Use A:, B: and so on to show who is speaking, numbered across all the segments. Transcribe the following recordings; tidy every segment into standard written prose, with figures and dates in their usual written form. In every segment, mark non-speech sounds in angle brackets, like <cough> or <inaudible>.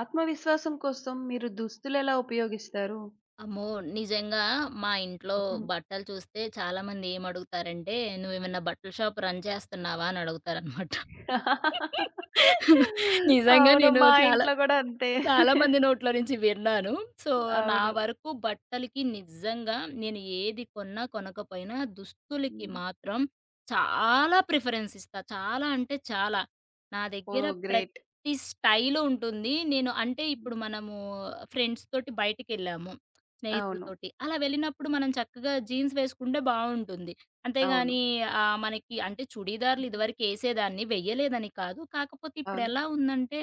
A: ఆత్మవిశ్వాసం కోసం మీరు దుస్తులెలా ఉపయోగిస్తారు?
B: అమ్మో! నిజంగా మా ఇంట్లో బట్టలు చూస్తే చాలామంది ఏమడుగుతారంటే, "నువ్వేమన్నా బట్టల షాప్ రన్ చేస్తున్నావా?" అని అడుగుతారనమాట. <laughs> నిజంగా
A: అవును.
B: నేను
A: మా
B: చాలా,
A: ఇంట్లో గూడా అంతే.
B: చాలా మంది నోట్లో నుంచి విన్నాను. సో, నా
A: అవును.
B: వరకు బట్టలకి నిజంగా నేను ఏది కొన్నా, కొనకపోయినా దుస్తులకి
A: హ్మ్.
B: మాత్రం చాలా ప్రిఫరెన్స్ ఇస్తా. చాలా అంటే చాలా. నా దగ్గర
A: ఓహ్! గ్రేట్.
B: ప్రతి స్టైలు ఉంటుంది. నేను అంటే ఇప్పుడు
A: హ్మ్.
B: మనము ఫ్రెండ్స్‌తోటి బయటికెళ్ళాము.
A: అవును.
B: స్నేహితులతోటి. అలా వెళ్ళినప్పుడు మనం చక్కగా జీన్స్ వేసుకుంటే బావుంటుంది.
A: అవును.
B: అంతేగాని మనకి అంటే చుడీదార్‌లు
A: హ్మ్.
B: ఇదివరకేసేదాన్ని, వెయ్యలేదని కాదు. కాకపోతే
A: అవును.
B: ఇప్పుడెలా ఉందంటే,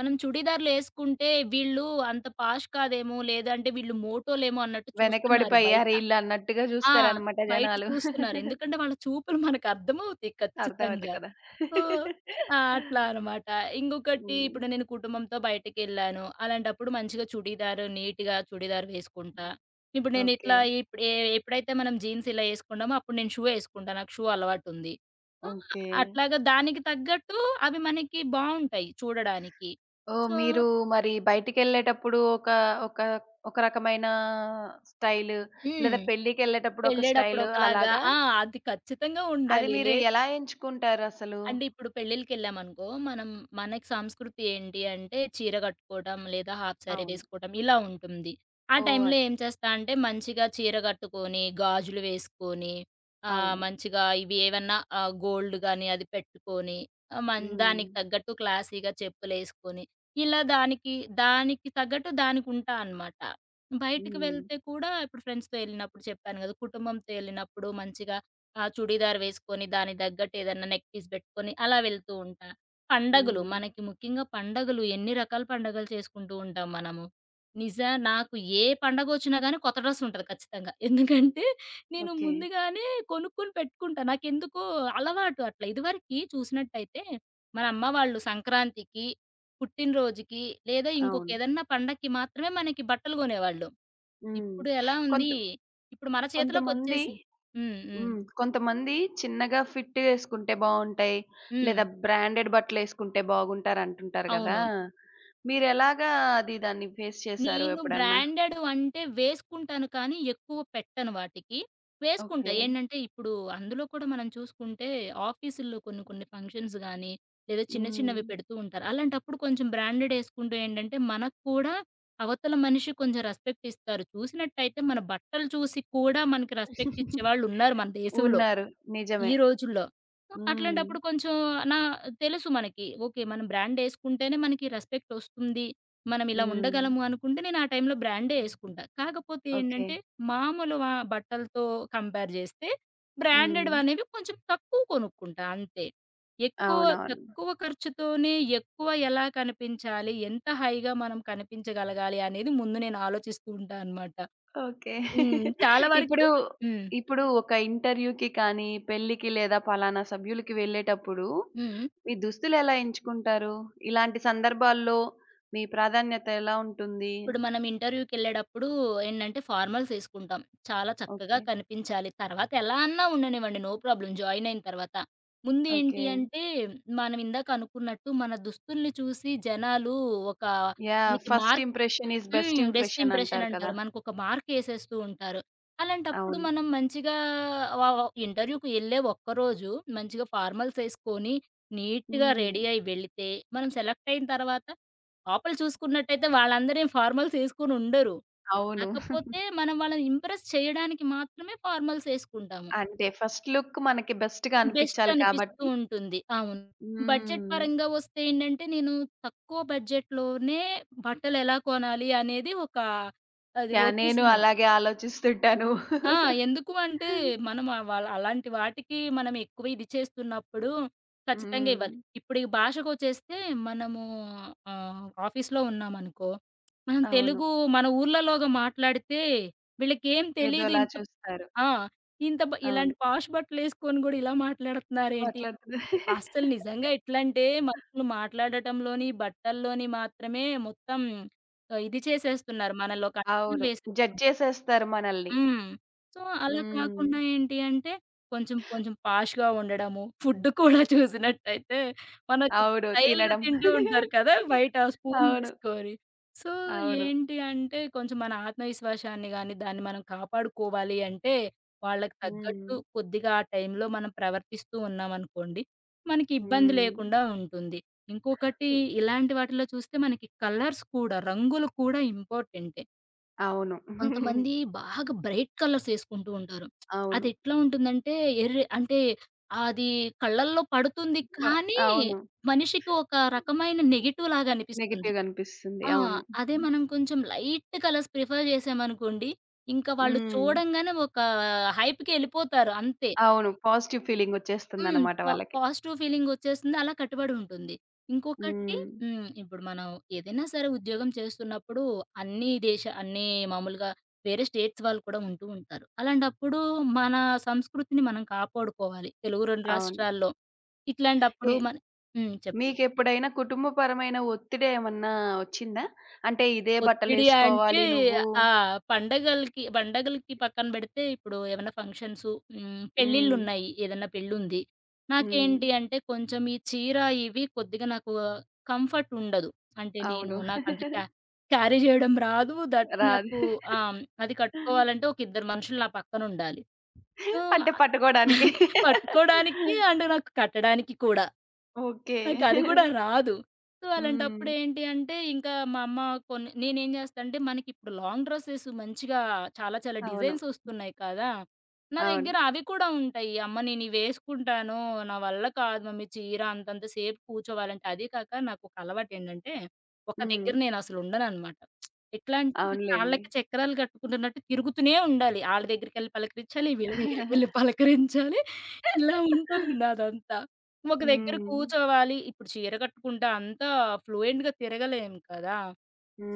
B: మనం చుడీదార్‌లేసుకుంటే వీళ్ళు అంత పాష్ కాదేమో, లేదంటే వీళ్ళు మోటోలేమో అన్నట్టు చూస్తున్నారు బయట.
A: వెనకబడిపోయారు ఈళ్ళు అన్నట్టుగా
B: ఆ!
A: జూస్తారనమాట
B: బయట
A: జనాలు.
B: చూస్తున్నారు. ఎందుకంటే వాళ్ళ చూపులు మనకర్థమవుతాయి
A: అర్థమైంది
B: ఖచ్చితంగా.
A: కదా!
B: సో, ఆ! అట్లా అనమాట. ఇంకొకటి
A: హ్మ్.
B: ఇప్పుడు నేను కుటుంబంతో బయటికెళ్ళాను. అలాంటప్పుడు మంచిగా చుడీదార్ నీట్‌గా చుడీదార్ వేసుకుంటా. ఇప్పుడు నేను
A: ఓకే.
B: ఇట్లా ఇప్పుడు ఎ ఎప్పుడైతే మనం జీన్స్ ఇలా ఏసుకుంటామో అప్పుడు నేను షూ ఏసుకుంటా. నాకు షూ అలవాటుంది. So,
A: okay.
B: అట్లాగా దానికి తగ్గట్టు అవి మనకి బావుంటాయి చూడడానికి.
A: ఓహ్!
B: సో
A: మీరు మరి బయటికెళ్ళేటప్పుడు ఒక ఒక ఒక రకమైన స్టైలు,
B: హ్మ్.
A: లేదా పెళ్ళికెళ్ళేటప్పుడు ఒక
B: వెళ్ళేటప్పుడు
A: స్టైలు
B: ఒకలాగా
A: అలాగా?
B: ఆ! అది ఖచ్చితంగా
A: అది
B: ఉండాలి.
A: మీరు ఎలా ఎంచుకుంటారసలు?
B: అంటే ఇప్పుడు పెళ్ళిళ్ళకెళ్ళామనుకో, మనం మనకి సంస్కృతి ఏంటి అంటే చీర కట్టుకోవడం, లేదా హాఫ్ సారీ
A: అవును.
B: వేసుకోవడం ఇలా ఉంటుంది. ఆ
A: ఓహ్!
B: టైంలో
A: అది.
B: ఏం చేస్తా అంటే మంచిగా చీర కట్టుకొని, గాజులు వేసుకొని,
A: అవును.
B: మంచిగా ఇవి ఏవన్నా గోల్డ్ గాని అది పెట్టుకొని, ఆహ్, మన్
A: హ్మ్.
B: దానికి తగ్గట్టు క్లాసీగా చెప్పులేసుకొని, ఇలా దానికి, దానికి తగ్గట్టు దానికుంటా అనమాట. బయటికి
A: హ్మ్.
B: వెళ్తే కూడా ఇప్పుడు ఫ్రెండ్స్‌తో ఎళ్ళినప్పుడు చెప్పాను కదా! కుటుంబంతో ఎళ్ళినప్పుడు మంచిగా ఆ చుడీదార్ వేసుకొని దానికి తగ్గట్టు ఏదన్నా నెక్ పీస్ పెట్టుకొని అలా వెళ్తూ ఉంటా. పండగలు
A: హ్మ్.
B: మనకి ముఖ్యంగా పండగలు ఎన్ని రకాల పండగలు చేసుకుంటూ ఉంటాం మనము. నిజ నాకు ఏ పండగొచ్చినా గానీ కొత్త డ్రెస్ ఉంటది ఖచ్చితంగా. ఎందుకంటే నేను
A: ఓకే.
B: ముందుగానే కొనుక్కొని పెట్టుకుంటా. నాకెందుకో అలవాటు అట్లా. ఇదివరకి చూసినట్టయితే మన అమ్మ వాళ్ళు సంక్రాంతికి, పుట్టినరోజుకి లేదా ఇంకొక
A: అవును.
B: ఏదన్నా పండక్కి మాత్రమే మనకి బట్టలు కొనేవాళ్ళు.
A: హ్మ్.
B: ఇప్పుడు ఎలా ఉంది
A: కొంత
B: ఇప్పుడు మన
A: కొంతమంది
B: చేతిలోకొచ్చేసింది. హ్మ్. హ్మ్.
A: హ్మ్. కొంతమంది చిన్నగా ఫిట్ యేసుకుంటే బావుంటాయి.
B: హ్మ్.
A: లేదా బ్రాండెడ్ బట్టలేసుకుంటే బాగుంటారంటుంటారు గదా!
B: అవును.
A: మీరెలాగా దాన్ని ఫేస్ చేశారు
B: నేను
A: ఎప్పుడన్నా?
B: బ్రాండెడ్ అంటే వేసుకుంటాను కానీ, ఎక్కువ పెట్టను వాటికి. వేసుకుంటా.
A: ఓకే.
B: ఏంటంటే, ఇప్పుడు అందులో కూడా మనం చూసుకుంటే ఆఫీసుల్లో కొన్ని కొన్ని ఫంక్షన్స్ గానీ, లేదా చిన్న
A: హ్మ్.
B: చిన్నవి పెడుతూ ఉంటారు. అలాంటప్పుడు కొంచెం బ్రాండెడ్ ఏసుకుంటే ఏంటంటే, మనకు కూడా అవతల మనిషి కొంచెం రెస్పెక్ట్ ఇస్తారు. చూసినట్టయితే మన బట్టలు చూసి కూడా మనకి రెస్పెక్ట్ ఇచ్చేవాళ్ళున్నారు మన దేశంలో.
A: ఉన్నారు.
B: ఈ
A: నిజమే.
B: రోజుల్లో. సో,
A: హ్మ్.
B: అట్లాంటప్పుడు కొంచెం నా తెలుసు మనకి. ఓకే. మనం బ్రాండేసుకుంటేనే మనకి రెస్పెక్టొస్తుంది. మనం ఇలా
A: హ్మ్.
B: ఉండగలము అనుకుంటే నేను ఆ టైంలో బ్రాండే యేసుకుంటా. కాకపోతే
A: ఓకే.
B: ఏంటంటే మామూలు వ బట్టలతో కంపేర్ జేస్తే
A: హ్మ్.
B: బ్రాండెడ్‌వనేవి కొంచెం తక్కువ కొనుక్కుంటా అంతే. ఎక్కువ
A: అవునవును.
B: తక్కువ ఖర్చుతోనే ఎక్కువ ఎలా కనిపించాలి? ఎంత హైగా మనం కనిపించగలగాలి? అనేది ముందు నేను ఆలోచిస్తూ ఉంటా అనమాట.
A: ఓకే.
B: హ్మ్. చాలా వరకు
A: ఇప్పుడు,
B: హ్మ్.
A: ఇప్పుడు ఒక ఇంటర్‌వ్యూ‌కి కానీ, పెళ్ళికి లేదా పలానా సభ్యులకి వెళ్ళేటప్పుడు
B: హ్మ్.
A: మీ దుస్తులెలా ఎంచుకుంటారు? ఇలాంటి సందర్భాల్లో మీ ప్రాధాన్యత ఎలా ఉంటుంది?
B: ఇప్పుడు మనం ఇంటర్వ్యూకెళ్ళేటప్పుడు ఏంటంటే ఫార్మల్స్ ఏసుకుంటాం. చాలా చక్కగా
A: ఓకే.
B: కనిపించాలి. తర్వాత ఎలా అన్నా ఉండనివ్వండి నో ప్రాబ్లమ్ జాయిన్ అయిన తర్వాత. ముందు ఏంటి
A: ఓకే.
B: అంటే మనం ఇందాక అనుకున్నట్టు మన దుస్తుల్ని చూసి జనాలు ఒక
A: యాహ్!
B: మనకి
A: first
B: mark
A: impression is best
B: హ్మ్. బెస్ట్
A: ఇంప్రెషన్
B: ఇంప్రెషన్
A: అంటారు
B: అంటారు.
A: కదా!
B: మనకొక మార్క్ ఏసేస్తూ ఉంటారు. అలాంటప్పుడు
A: అవును.
B: మనం మంచిగా వ వ ఇంటర్వ్యూకి ఎళ్ళే ఒక్కరోజు మంచిగా ఫార్మల్స్ ఏసుకొని నీట్‌గా
A: హ్మ్.
B: రెడీ అయ్యి వెళితే మనం సెలెక్ట్ అయిన తర్వాత లోపల చూసుకున్నట్టయితే వాళ్ళందరేం ఫార్మల్స్ ఏసుకొనుండరు.
A: అవును.
B: కాకపోతే మనం వాళ్ళని ఇంప్రెస్ చేయడానికి మాత్రమే ఫార్మల్స్ ఏసుకుంటాము.
A: అంటే ఫస్ట్ లుక్ మనకి బెస్ట్‌గా
B: బెస్ట్
A: అనిపిచ్చాలి
B: అనిపిస్తూ
A: కాబట్టి.
B: ఉంటుంది. అవును. బడ్జెట్
A: హ్మ్.
B: పరంగా వస్తే ఏంటంటే, నేను తక్కువ బడ్జెట్‌లోనే బట్టలెలా కొనాలి అనేది ఒక అది
A: యాహ్! నేను
B: వచ్చేసింది.
A: అలాగే ఆలోచిస్తుంటాను.
B: ఆ! ఎందుకు అంటే,
A: <laughs>
B: మనం వాళ్ళ అలాంటి వాటికి మనం ఎక్కువ ఇది చేస్తున్నప్పుడు ఖచ్చితంగా
A: హ్మ్.
B: ఇవ్వాలి. ఇప్పుడు ఈ భాషకొచ్చేస్తే మనము ఆఫీస్‌లో ఉన్నామనుకో, మనం
A: అవును.
B: తెలుగు మన ఊర్లలోగా మాట్లాడితే వీళ్ళకేం తెలీదు.
A: ఏదోలా
B: ఇంత
A: చూస్తారు.
B: ఆ! ఇంత బ
A: అవును.
B: ఇలాంటి పాష్ బట్టలేసుకొని గూడా ఇలా మాట్లాడుతున్నారేంటి?
A: మాట్లాడుతున్న
B: అస్సలు నిజంగా ఎట్లంటే, మనుషులు
A: <laughs>
B: మాట్లాడటంలోని, బట్టల్లోని మాత్రమే మొత్తం ఇది చేసేస్తున్నారు. మనలో కంచెలు
A: అవును. జడ్జ్
B: వేసేస్తున్నారు.
A: చేసేస్తారు మనల్ని.
B: హ్మ్. సో, అలా
A: హ్మ్.
B: కాకుండా ఏంటి అంటే, కొంచెం కొంచెం పాష్‌గా ఉండడము, ఫుడ్ కూడా <laughs> చూసినట్టయితే మనకు
A: అవును.
B: స్టైల్‌గా
A: తినడం.
B: తింటూ ఉంటారు కదా!
A: <laughs>
B: బయట స్పూన్
A: అవును.
B: వేసుకొని. సో,
A: అవును.
B: ఏంటి అంటే, కొంచెం మన ఆత్మవిశ్వాసాన్ని గాని, దాన్ని మనం కాపాడుకోవాలి అంటే, వాళ్ళకి
A: హ్మ్.
B: తగ్గట్టు కొద్దిగా ఆ టైంలో మనం ప్రవర్తిస్తూ ఉన్నామనుకోండి, మనకి ఇబ్బంది
A: హ్మ్.
B: లేకుండా ఉంటుంది. ఇంకొకటి
A: హ్మ్.
B: ఇలాంటి వాటిలో చూస్తే మనకి కలర్స్ కూడా, రంగులు కూడా ఇంపార్టెంటే.
A: అవును.
B: కొంతమంది
A: <laughs>
B: బాగా బ్రైట్ కలర్స్ ఏసుకుంటూ ఉంటారు.
A: అవును.
B: అదెట్లా ఉంటుందంటే, ఎర్రి అంటే అది కళ్ళల్లో పడుతుంది
A: కొ
B: కానీ,
A: అవును.
B: మనిషికి ఒక రకమైన నెగెటివ్ లాగా అనిపిస్తుంది.
A: నెగెటివ్‌గా అనిపిస్తుంది.
B: ఆ!
A: అవును.
B: అదే మనం కొంచెం లైట్ కలర్స్ ప్రిఫర్ జేశామనుకోండి, ఇంకా వాళ్ళు
A: హ్మ్.
B: చూడంగానే ఒక హైప్‌కెళ్ళిపోతారు అంతే.
A: అవును. పాజిటివ్
B: హ్మ్.
A: ఫీలింగొచ్చేస్తుందన్నమాట వాళ్ళకి.
B: పాజిటివ్ ఫీలింగొచ్చేస్తుంది. అలా కట్టుబడి ఉంటుంది. ఇంకొకటి
A: హ్మ్.
B: హ్మ్. ఇప్పుడు మనం ఏదైనా సరే ఉద్యోగం చేస్తున్నప్పుడు అన్ని మామూలుగా వేరే స్టేట్స్ వాళ్ళు కూడా ఉంటూ ఉంటారు. అలాంటప్పుడు మన సంస్కృతిని మనం కాపాడుకోవాలి. తెలుగు 2
A: అవును.
B: రాష్ట్రాల్లో
A: ఏ
B: ఇట్లాంటప్పుడు మన హ్మ్. చెప్పండి.
A: మీకెప్పుడైనా కుటుంబపరమైన ఒత్తిడి ఏమన్నా ఒచ్చిందా? అంటే ఇదే
B: ఒత్తిడి అంటే
A: బట్టలేసుకోవాలి నువ్వు.
B: ఆ! పండగలకి పండగలకి పక్కన బెడితే ఇప్పుడు ఏమైనా ఫంక్షన్సు, హ్మ్,
A: హ్మ్.
B: పెళ్ళిళ్ళున్నాయి. ఏదన్నా పెళ్ళుంది.
A: హ్మ్.
B: నాకేంటి అంటే కొంచెం ఈ చీర ఇవి కొద్దిగా నాకు కంఫర్ట్ ఉండదు. అంటే నేను
A: అవును.
B: నాకంత క్యా
A: <laughs>
B: క్యారీ జేయడం రాదు. దట్
A: రాదు.
B: నాకు ఆ! అది కట్టుకోవాలంటే ఒక ఇద్దరు మనుషులు నా పక్కనుండాలి. సో,
A: అంటే పట్టుకోడానికి.
B: <laughs> పట్టుకోడానికి అండ్ నాకు కట్టడానికి కూడా.
A: ఓకే.
B: నాకది గూడా రాదు. సో, అలాంటప్పుడు
A: హ్మ్.
B: ఏంటి అంటే, ఇంకా మా అమ్మ కొన్ని నేనేం జేస్తా అంటే, మనకిప్పుడు లాంగ్ డ్రెసెస్ మంచిగా చాలా చాలా
A: అవును.
B: డిజైన్స్ ఒస్తున్నాయి కదా! నా
A: అవును.
B: దగ్గర అవి కూడా ఉంటాయి. అమ్మ నేనివి వేసుకుంటాను. నా వల్ల కాదు మమ్మీ చీర అంతంత సేపు కూర్చోవాలంటే. అదీ కాక నాకొక అలవాటేంటంటే, ఒక
A: హ్మ్.
B: దగ్గర నేనసలుండననమాట. ఎట్లా అంటే,
A: అవునులెండి.
B: కాళ్ళకి చక్రాలు కట్టుకుంటున్నట్టు తిరుగుతూనే ఉండాలి. ఆళ్ళ దగ్గరికెళ్ళి పలకరించాలి, వీళ్ళ దగ్గరికెళ్ళి పలకరించాలి. ఇలా ఉంటుంది
A: <laughs>
B: నాదంతా. ఒక దగ్గర
A: హ్మ్.
B: కూర్చోవాలి. ఇప్పుడు చీర కట్టుకుంటా అంతా ఫ్లూయెంట్‌గా తిరగలేము కదా!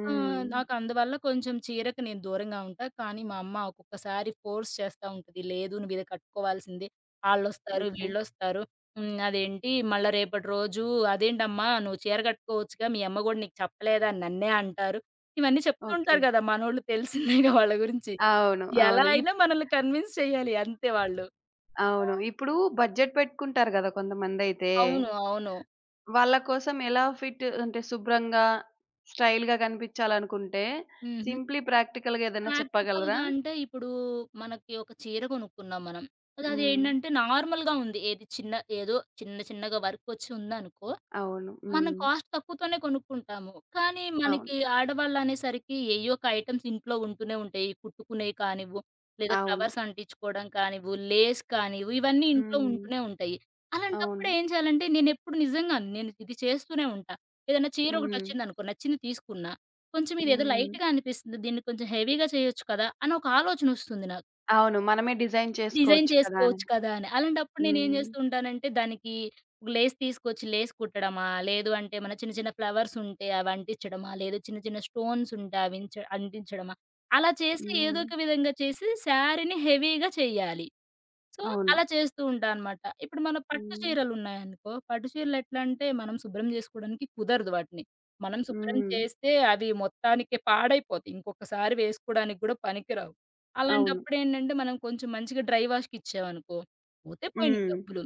B: సో, నాకు అందువల్ల కొంచెం చీరకు నేను దూరంగా ఉంటా. కానీ మా అమ్మ ఒక్కొక్కసారి ఫోర్స్ చేస్తా ఉంటది. లేదు నువ్వు ఇది కట్టుకోవాల్సిందే. ఆళ్ళొస్తారు,
A: ఓకే.
B: వీళ్ళొస్తారు. హ్మ్. అదేంటి మళ్ళా రేపటి రోజు అదేంటమ్మా నువ్వు చీర కట్టుకోవచ్చుగా మీ అమ్మ గూడా నీకు చెప్పలేదా అని నన్నే అంటారు. ఇవన్నీ చెప్తూ
A: ఓకే.
B: ఉంటారు గదా! మనోళ్ళు తెలిసిందేగా వాళ్ళ గురించి.
A: అవును.
B: ఎలా
A: అవును.
B: అయినా మనల్ని కన్విన్స్ చేయాలి అంతే వాళ్ళు.
A: అవును. ఇప్పుడు బడ్జెట్ పెట్టుకుంటారు గదా! కొంతమందైతే.
B: అవును. అవును.
A: వాళ్ళ కోసం ఎలా ఫిట్ అంటే శుభ్రంగా, స్టైల్‌గా కనిపించాలనుకుంటే
B: హ్మ్.
A: సింప్లీ ప్రాక్టికల్‌గా ఏదైనా చెప్పగలరా?
B: ప్రాక్టికల్‌గా అంటే ఇప్పుడు మనకి ఒక చీర కొనుక్కున్నాం మనం.
A: హ్మ్.
B: అదదేంటంటే నార్మల్‌గా ఉంది. ఏది చిన్న ఏదో చిన్న చిన్నగా వర్క్ వచ్చి ఉందనుకో
A: అవును.
B: మనం
A: హ్మ్.
B: కాస్ట్ తక్కువతోనే కొనుక్కుంటాము. కానీ
A: అవును.
B: మనకి ఆడవాళ్ళనేసరికి ఏయ్యో ఒక ఐటెమ్స్ ఇంట్లో ఉంటూనే ఉంటాయి. కుట్టుకునేయి కానివ్వు, లేదా
A: అవును.
B: ఫ్లవర్స్ అంటించుకోవడం కానివ్వు, లేస్ కానివ్వు, ఇవన్నీ ఇంట్లో
A: హ్మ్.
B: ఉంటూనే ఉంటాయి. అలాంటప్పుడు
A: అవును.
B: ఏం చేయాలంటే నేనెప్పుడు నిజంగానే నేను ఇది చేస్తూనే ఉంటా. ఏదైనా చీర
A: హ్మ్.
B: ఒకటొచ్చిందనుకో నచ్చింది తీసుకున్నా. కొంచెం ఇదేదో
A: హ్మ్.
B: లైట్‌గా అనిపిస్తుంది. దీన్ని కొంచెం హెవీగా చేయొచ్చు కదా! అని ఒక ఆలోచనొస్తుంది నాకు.
A: అవును. మనమే డిజైన్
B: డిజైన్
A: చేసుకోవచ్చు కదా అని.
B: చేసుకోవచ్చు కదా అని. అలాంటప్పుడు నేనేం
A: హ్మ్.
B: జేస్తూ ఉంటానంటే, దానికి ఒక లేస్ తీసుకొచ్చి లేస్ కుట్టడమా, లేదు అంటే మన చిన్న చిన్న ఫ్లవర్స్ ఉంటే అవి అంటించడమా, లేదు చిన్న చిన్న స్టోన్స్ ఉంటే అంటించడమా, అలా చేసి ఏదో
A: హ్మ్.
B: ఒక విధంగా చేసి శారీని హెవీగా చెయ్యాలి. సో,
A: అవును.
B: అలా చేస్తూ ఉంటా అనమాట. ఇప్పుడు మన పట్టు
A: హ్మ్.
B: చీరలున్నాయనుకో, పట్టు చీరలెట్లంటే మనం శుభ్రం జేసుకోవడానికి కుదరదు వాటిని. మనం శుభ్రం
A: హ్మ్.
B: చేస్తే అవి మొత్తానికి పాడైపోతాయి. ఇంకొకసారి వేసుకోవడానికి గూడా పనికిరావు.
A: అవును.
B: అలాంటప్పుడేంటంటే, మనం కొంచెం మంచిగా డ్రై వాష్‌కిచ్చామనుకో, పోతే పోయినాయి
A: హ్మ్.
B: డబ్బులు.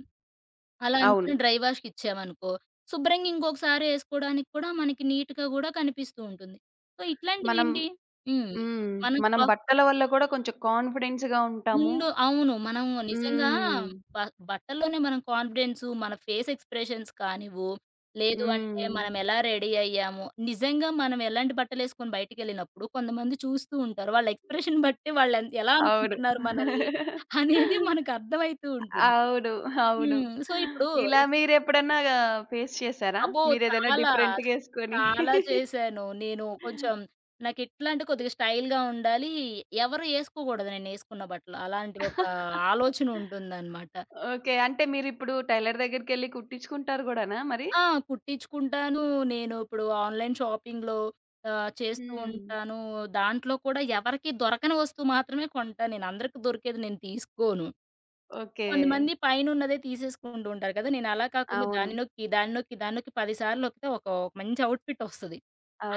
B: అలా
A: అవును.
B: అనుకుని డ్రై వాష్‌కిచ్చామనుకో, శుభ్రంగా ఇంకొకసారి ఏసుకోవడానికి కూడా మనకి నీట్‌గా గూడా కనిపిస్తూ ఉంటుంది. సో,
A: మనం
B: ఇట్లాంటివేంటి హ్మ్.
A: హ్మ్.
B: మనం
A: మనం
B: క్లా
A: బట్టల వల్ల కూడా కొంచెం కాన్ఫిడెన్స్‌గా ఉంటాము.
B: ఉండు. అవును. మనం నిజంగా
A: హ్మ్.
B: హ్మ్. బ బట్టల్లోనే మనం కాన్ఫిడెన్సు, మన ఫేస్ ఎక్స్‌ప్రెషన్స్ కానివ్వు, లేదు అంటే
A: హ్మ్.
B: మనం ఎలా రెడీ అయ్యాము, నిజంగా మనం ఎలాంటి బట్టలేసుకొని బయటికెళ్ళినప్పుడు కొంతమంది చూస్తూ ఉంటారు. వాళ్ళ ఎక్స్‌ప్రెషన్ బట్టి ఎలా
A: అవును.
B: అనుకుంటున్నారు మనల్ని అనేది మనకు అర్థమైతూ ఉంటుంది.
A: అవును. అవును.
B: హ్మ్. సో, ఇప్పుడు
A: ఇలా మీరెప్పుడన్నా ఫేస్ చేసారా?
B: అబ్బో!
A: మీరేదైనా
B: చాలా,
A: డిఫరెంట్‌గా ఏసుకొని?
B: చాలా చేశాను. నేను కొంచెం నాకెట్లా అంటే కొద్దిగా స్టైల్‌గా ఉండాలి. ఎవరు ఏసుకోకూడదు నేనేసుకున్న బట్టలు. అలాంటి ఒక ఆలోచన ఉంటుందనమాట.
A: ఓకే. అంటే మీరిప్పుడు టైలర్ దగ్గరికెళ్లి కుట్టించుకుంటారు గూడానా మరి?
B: ఆ! కుట్టించుకుంటాను. నేను ఇప్పుడు ఆన్‌లైన్ షాపింగ్‌లో చేస్తూ
A: హ్మ్.
B: ఉంటాను. దాంట్లో కూడా ఎవరికీ దొరకని వస్తువు మాత్రమే కొంటా నేను. అందరికి దొరికేది నేను తీసుకోను.
A: ఓకే.
B: కొంతమంది పైనున్నదే తీసేసుకుంటూ ఉంటారు కదా! నేనలా కాకుండా
A: అవును.
B: దాన్ని నొక్కి, దాన్ని నొక్కి, దాన్ని నొక్కి 10 సార్లు నొక్కితే ఒక మంచి ఔట్‌ఫిట్ వస్తది.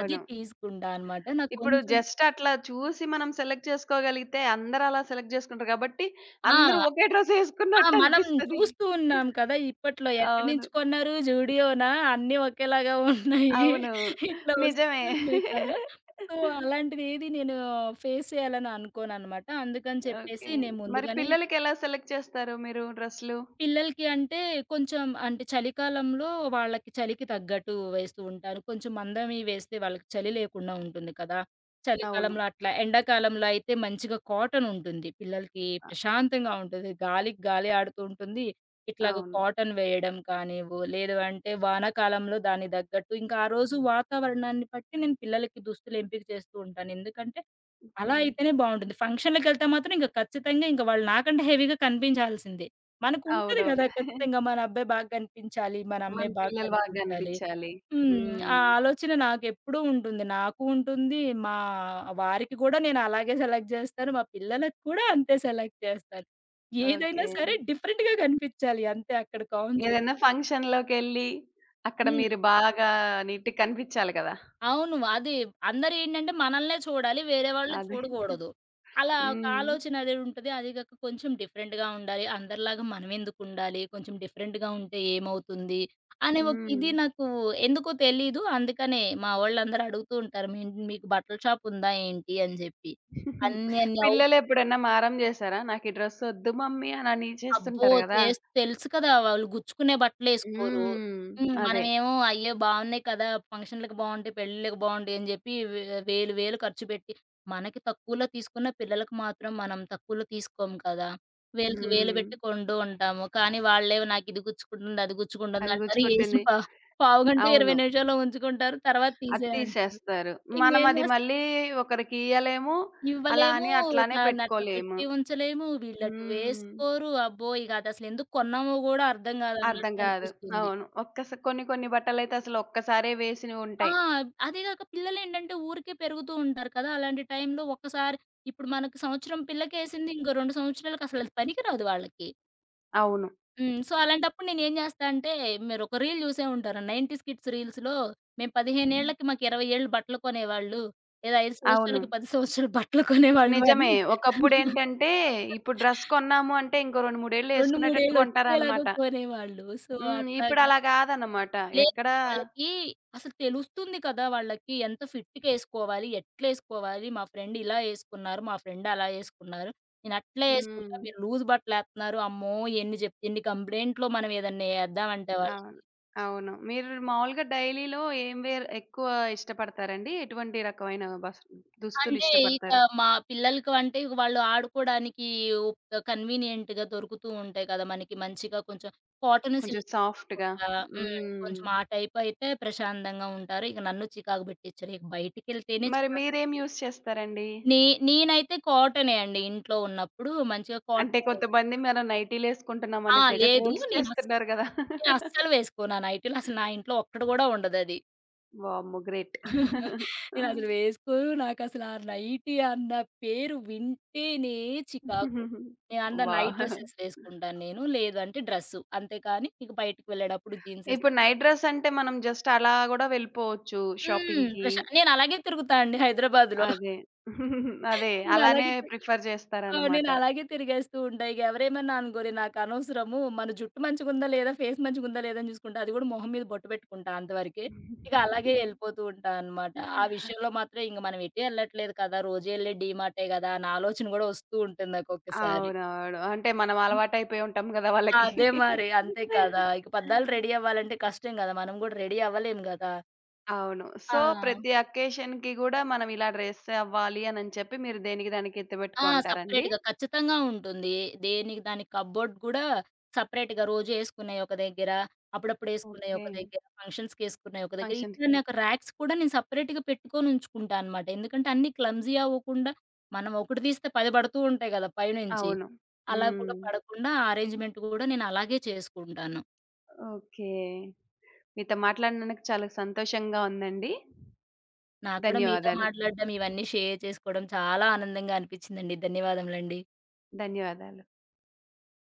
B: అది తీయకుండా అనమాట. నాకు
A: ఇప్పుడు
B: కొంచెం
A: జస్ట్ అట్లా చూసి మనం సెలెక్ట్ చేసుకోగలిగితే అందరూ అలా సెలెక్ట్ చేసుకుంటారు కాబట్టి, అందరూ
B: ఆ!
A: ఒకే డ్రెస్
B: ఆ!
A: ఏసుకున్నట్టు
B: మనం
A: అనిపిస్తది.
B: చూస్తూ ఉన్నాం కదా! ఇప్పట్లో ఎక్కడి
A: అవును.
B: నుంచి కొన్నారు? జూడియోనా? అన్నీ ఒకేలాగా ఉన్నాయి.
A: అవును.
B: ఇట్లా
A: నిజమే.
B: వస్తున్నాయి కదా! సో, అలాంటిదేది నేను ఫేస్ చేయాలని అనుకోననమాట. అందుకని చెప్పేసి
A: ఓకే.
B: నేను
A: మరి
B: ముందుగానే
A: పిల్లలకెలా సెలెక్ట్ చేస్తారు మీరు డ్రెస్‌లు?
B: పిల్లలకి అంటే కొంచెం అంటే చలికాలంలో వాళ్ళకి చలికి తగ్గట్టు వేస్తూ ఉంటాను. కొంచెం మందవి వేస్తే వాళ్ళకి చలి లేకుండా ఉంటుంది కదా!
A: అవును.
B: చలికాలంలో అట్లా. ఎండాకాలంలో అయితే మంచిగా కాటన్ ఉంటుంది. పిల్లలకి
A: అ
B: ప్రశాంతంగా ఉంటుంది. గాలికి గాలి ఆడుతూ ఉంటుంది. ఇట్లాగ
A: అవును.
B: కాటన్ వేయడం కానివ్వు, లేదు అంటే వానాకాలంలో దానికి తగ్గట్టు ఇంకా ఆ రోజు వాతావరణాన్ని బట్టి నేను పిల్లలకి దుస్తులు ఎంపిక చేస్తూ ఉంటాను. ఎందుకంటే అలా
A: ఓకే.
B: అయితేనే బావుంటుంది. ఫంక్షన్‌లకెళ్తే మాత్రం ఇంక ఖచ్చితంగా ఇంక వాళ్ళు నాకంటే హెవీగా కనిపించాల్సిందే. మనకుంటది గదా!
A: అవునవును.
B: ఖచ్చితంగా మన అబ్బాయి బాగా కనిపించాలి, మన
A: మన
B: అమ్మాయి బాగా
A: పిల్లలు బాగా
B: కనిపించాలి.
A: గనిపించాలి.
B: హ్మ్. ఆ
A: హ్మ్.
B: ఆలోచన నాకెప్పుడూ ఉంటుంది. నాకు ఉంటుంది, మా వారికి గూడా నేను అలాగే సెలెక్ట్ జేస్తాను. మా పిల్లలకి కూడా అంతే సెలెక్ట్ చేస్తాను. ఏదైనా
A: ఓకే.
B: సరే డిఫరెంట్‌గా కనిపించాలి అంతే అక్కడ కాన్సెప్ట్.
A: ఏదైనా ఫంక్షన్‌లోకెళ్ళి అక్కడ
B: హ్మ్.
A: మీరు బాగా నీట్‌గా కనిపించాలి కదా!
B: అవును. అది అందరేంటంటే మనల్నే చూడాలి. వేరే వాళ్ళు
A: అదే.
B: చూడగూడదు. అలా ఒక
A: హ్మ్.
B: ఆలోచన అనేది ఉంటది. అది గాక కొంచెం డిఫరెంట్‌గా ఉండాలి. అందరిలాగా మనమెందుకుండాలి? కొంచెం డిఫరెంట్‌గా ఉంటే ఏమవుతుంది? అనే ఒక
A: హ్మ్.
B: ఇది నాకు ఎందుకో తెలీదు. అందుకనే మా వోళ్ళందరూ అడుగుతూ ఉంటారు. మీకు బట్టల షాప్ ఉందా ఏంటి? అని జెప్పి.
A: <laughs>
B: అన్ని అన్ని
A: పిల్లలెప్పుడన్నా మారం జేశారా? నాకీ డ్రెస్సొద్దు మమ్మీ అనని
B: అబ్బో!
A: చేస్తుంటారు గదా!
B: తెలుసు కదా! వాళ్ళు గుచ్చుకునే బట్టలేసుకోరు.
A: హ్మ్.
B: హ్మ్.
A: అదే.
B: మనమేమో అయ్యో! బావున్నాయి కదా! ఫంక్షన్‌లకి బావుంటాయి, పెళ్ళిళ్ళకి బావుంటాయి అని జెప్పి వేలు వేలు ఖర్చు పెట్టి, మనకి తక్కువలో తీసుకున్న పిల్లలకి మాత్రం మనం తక్కువలో తీసుకోము కదా! వేలుకి వేలు
A: హ్మ్.
B: పెట్టి కొంటూ ఉంటాము. కానీ వాళ్ళేమో నాకిది గుచ్చుకుంటుంది, అది గుచ్చుకుంటుంది
A: అది
B: అంటారు. ఏసిన
A: గుచ్చికొట్టింది.
B: పా పావుగంట, 20
A: అవును.
B: నిమిషాల్లో ఉంచుకుంటారు. తర్వాత
A: అది
B: తీసేయంటారు.
A: తీసేస్తారు.
B: ఇంగేం
A: మనమది
B: జేస్తాం?
A: మళ్ళీ ఒకరికియ్యలేము. అలా
B: ఇవ్వలేము.
A: అని అట్లానే
B: దాన్నట్లా
A: పెట్టుకోలేము.
B: పెట్టి ఉంచలేము. వీళ్ళటు
A: హ్మ్.
B: వేసుకోరు. అబ్బో! ఇగ అదసలెందుకు కొన్నామో గూడా అర్థం
A: అర్థం
B: గాదన్నట్టు
A: కాదు.
B: అనిపిస్తుంది.
A: అవును. కొన్ని కొన్ని బట్టలైతే అసలు ఒక్కసారే
B: ఆ!
A: వేసినవుంటాయి.
B: అదే గాక పిల్లలేంటంటే ఊరికే పెరుగుతూ ఉంటారు కదా! అలాంటి టైంలో ఒక్కసారి ఇప్పుడు మనకు సంవత్సరం పిల్లకేసింది. ఇంకో 2 సంవత్సరాలకసలది పనికిరాదు వాళ్ళకి.
A: అవును.
B: హ్మ్. సో, అలాంటప్పుడు నేనేం జేస్తా అంటే మీరొక రీల్ జూసే ఉంటారు. 90స్ కిడ్స్ రీల్స్‌లో మేము 15
A: హ్మ్.
B: ఏళ్ళకి మాకు 20 ఏళ్ళు బట్టలు కొనేవాళ్ళు. లేదా 5
A: అవును.
B: సంవత్సరాలకి 10 సంవత్సరాలు బట్టలు కొనేవాళ్ళు అని
A: నిజమే. ఒకప్పుడేంటంటే, ఇప్పుడు డ్రెస్ కొన్నాము అంటే, ఇంకో 2, 3 ఏళ్ళు
B: 2, 3
A: యేసుకునేటట్టు
B: ఏళ్ళు వచ్చేలాగా
A: కొంటారనమాట.
B: కోరేవాళ్ళు. సో,
A: హ్మ్.
B: అట్లాగా
A: ఇప్పుడలా గాదనమాట.
B: లేదు.
A: ఎక్కడ
B: వాళ్ళకి అసలు తెలుస్తుంది కదా! వాళ్ళకి ఎంత ఫిట్‌గేసుకోవాలి, ఎట్లేసుకోవాలి, మా ఫ్రెండ్ ఇలా ఏసుకున్నారు, మా ఫ్రెండ్ అలా ఏసుకున్నారు. నేను అట్లే ఏసుకుంటా,
A: హ్మ్.
B: మీరు లూజ్ బట్టలేత్తన్నారు. అమ్మో! ఎన్ని జెప్ ఇన్ని కంప్లెయింట్‌లో మనం ఏదన్నా ఏద్దామంటే
A: అవును. అవును. మీరు మామూలుగా డైలీలో ఏం వేర్ ఎక్కువ ఇష్టపడతారండి? ఎటువంటి రకమైన దుస్తులు
B: అంటే ఇక
A: ఇష్టపడతారు?
B: మా పిల్లలకి అంటే ఇక వాళ్ళు ఆడుకోడానికి కన్వీనియంట్‌గా దొరుకుతూ ఉంటాయి కదా! మనకి మంచిగా కొంచెం కాటన్,
A: కొంచెం
B: సిల్క్
A: సాఫ్ట్‌గా.
B: కాకుండా హ్మ్.
A: హ్మ్.
B: కొంచెం ఆ టైప్ అయితే ప్రశాంతంగా ఉంటారు. ఇక నన్ను చికాకు పెట్టిచ్చరు. ఇక బయటికెళ్తేనే
A: మరి
B: చికాకండి.
A: మీరేం యూజ్ చేస్తారండి?
B: నే నేనైతే కాటనే అండి ఇంట్లో ఉన్నప్పుడు మంచిగా
A: అంటే
B: కాటనే వేస్
A: కొంతమంది మనం
B: ఆ!
A: నైటీలేసుకుంటున్నామని తెగ
B: లేదు.
A: ట్రోల్స్ చేస్తున్నారు గదా!
B: నేను అస్సలు వేసుకోను. ఆ నైటీలు అసలు నా
A: <laughs>
B: ఇంట్లో ఒక్కటి గూడా ఉండదది.
A: వామ్మో! గ్రేట్.
B: నేనసలు వేసుకోను. నాకసలు ఆ నైటీ అన్న పేరు వింటేనే చికాకు. నేను
A: <laughs>
B: అంద
A: వా!
B: నైట్ డ్రెసెస్ వేసుకుంటాను నేను. లేదంటే డ్రెస్సు. అంతే కానీ ఇక బయటికి వెళ్ళేటప్పుడు జీన్సేస్
A: ఇప్పుడు నైట్ డ్రెస్ అంటే మనం జస్ట్ అలా గూడా వెళ్ళిపోవచ్చు
B: హ్మ్.
A: షాపింగ్‌కి.
B: నేనలాగే తిరుగుతా అండి హైదరాబాద్‌లో.
A: అదే. <laughs> అదే. అలానే
B: నేనలాగే తి
A: ప్రిఫర్
B: ఆ!
A: చేస్తారనమాట.
B: నేనలాగే తిరిగేస్తూ ఉంటా. ఇగ ఎవరేమన్నా అనుకోని నాకనవసరము. మన జుట్టు మంచిగుందా లేదా, ఫేస్ మంచిగుందా లేదా అని చూసుకుంటా. అది కూడా మొహం మీద బొట్టు పెట్టుకుంటా అంతవరకే. ఇక అలాగే
A: <laughs>
B: ఎళ్ళిపోతూ ఉంటా అనమాట. ఆ విషయంలో మాత్రం ఇంక మనం ఎటే ఎళ్ళట్లేదు కదా! రోజు ఎళ్ళే డీమార్టే గదా! అన్న ఆలోచన కూడా వస్తూ ఉంటుంది నాకొక్కసారి.
A: అవునవును. అంటే మనం అలవాటయిపోయి ఉంటాం గదా! వాళ్ళకి.
B: అదే మరి. అంతే కదా! ఇక పద్దాలు రెడీ
A: <laughs>
B: అవ్వాలంటే కష్టం గదా! మనం కూడా రెడీ అవ్వలేం గదా!
A: అవును.
B: ఆ!
A: సో, ప్రతి అకేషన్‌కి గూడా మనం ఇలా డ్రెస్ అవ్వాలి అనని చెప్పి మీరు దేనికి దానికి
B: ఆ!
A: ఎత్తిపెట్టుకోంటారండి?
B: సెపరేట్‌గా ఖచ్చితంగా ఉంటుంది. దేనికి దానికి కప్‌బోర్డ్ కూడా సెపరేట్‌గా రోజు ఏసుకునేయి ఒక దగ్గర, అప్పుడప్పుడు ఏసుకునేయి
A: ఓకే.
B: ఒక దగ్గర, ఫంక్షన్స్‌కేసుకునేయి ఒక దగ్గర.
A: ఫంక్షన్
B: ఈవెన్ నాకు రాక్స్ కూడా నేను సెపరేట్‌గా పెట్టుకొని ఉంచుకుంటా అనమాట. ఎందుకంటే అన్నీ క్లమ్జీ అవ్వకుండా మనం ఒకటి తీస్తే 10 పడుతూ ఉంటాయి కదా! పైనుంచి.
A: అవును.
B: అలా
A: హ్మ్.
B: కూడా పడకుండా ఆ అరేంజ్‌మెంట్ కూడా నేను అలాగే చేసుకుంటాను.
A: ఓకే. మీతో మాట్లాడినందుకు చాలా సంతోషంగా ఉందండి.
B: నాకు కూడా మీతో
A: ధన్యవాదాలు.
B: మాట్లాడడం, ఇవన్నీ షేర్ చేసుకోవడం చాలా ఆనందంగా అనిపించిందండి. ధన్యవాదములండి.
A: ధన్యవాదాలు.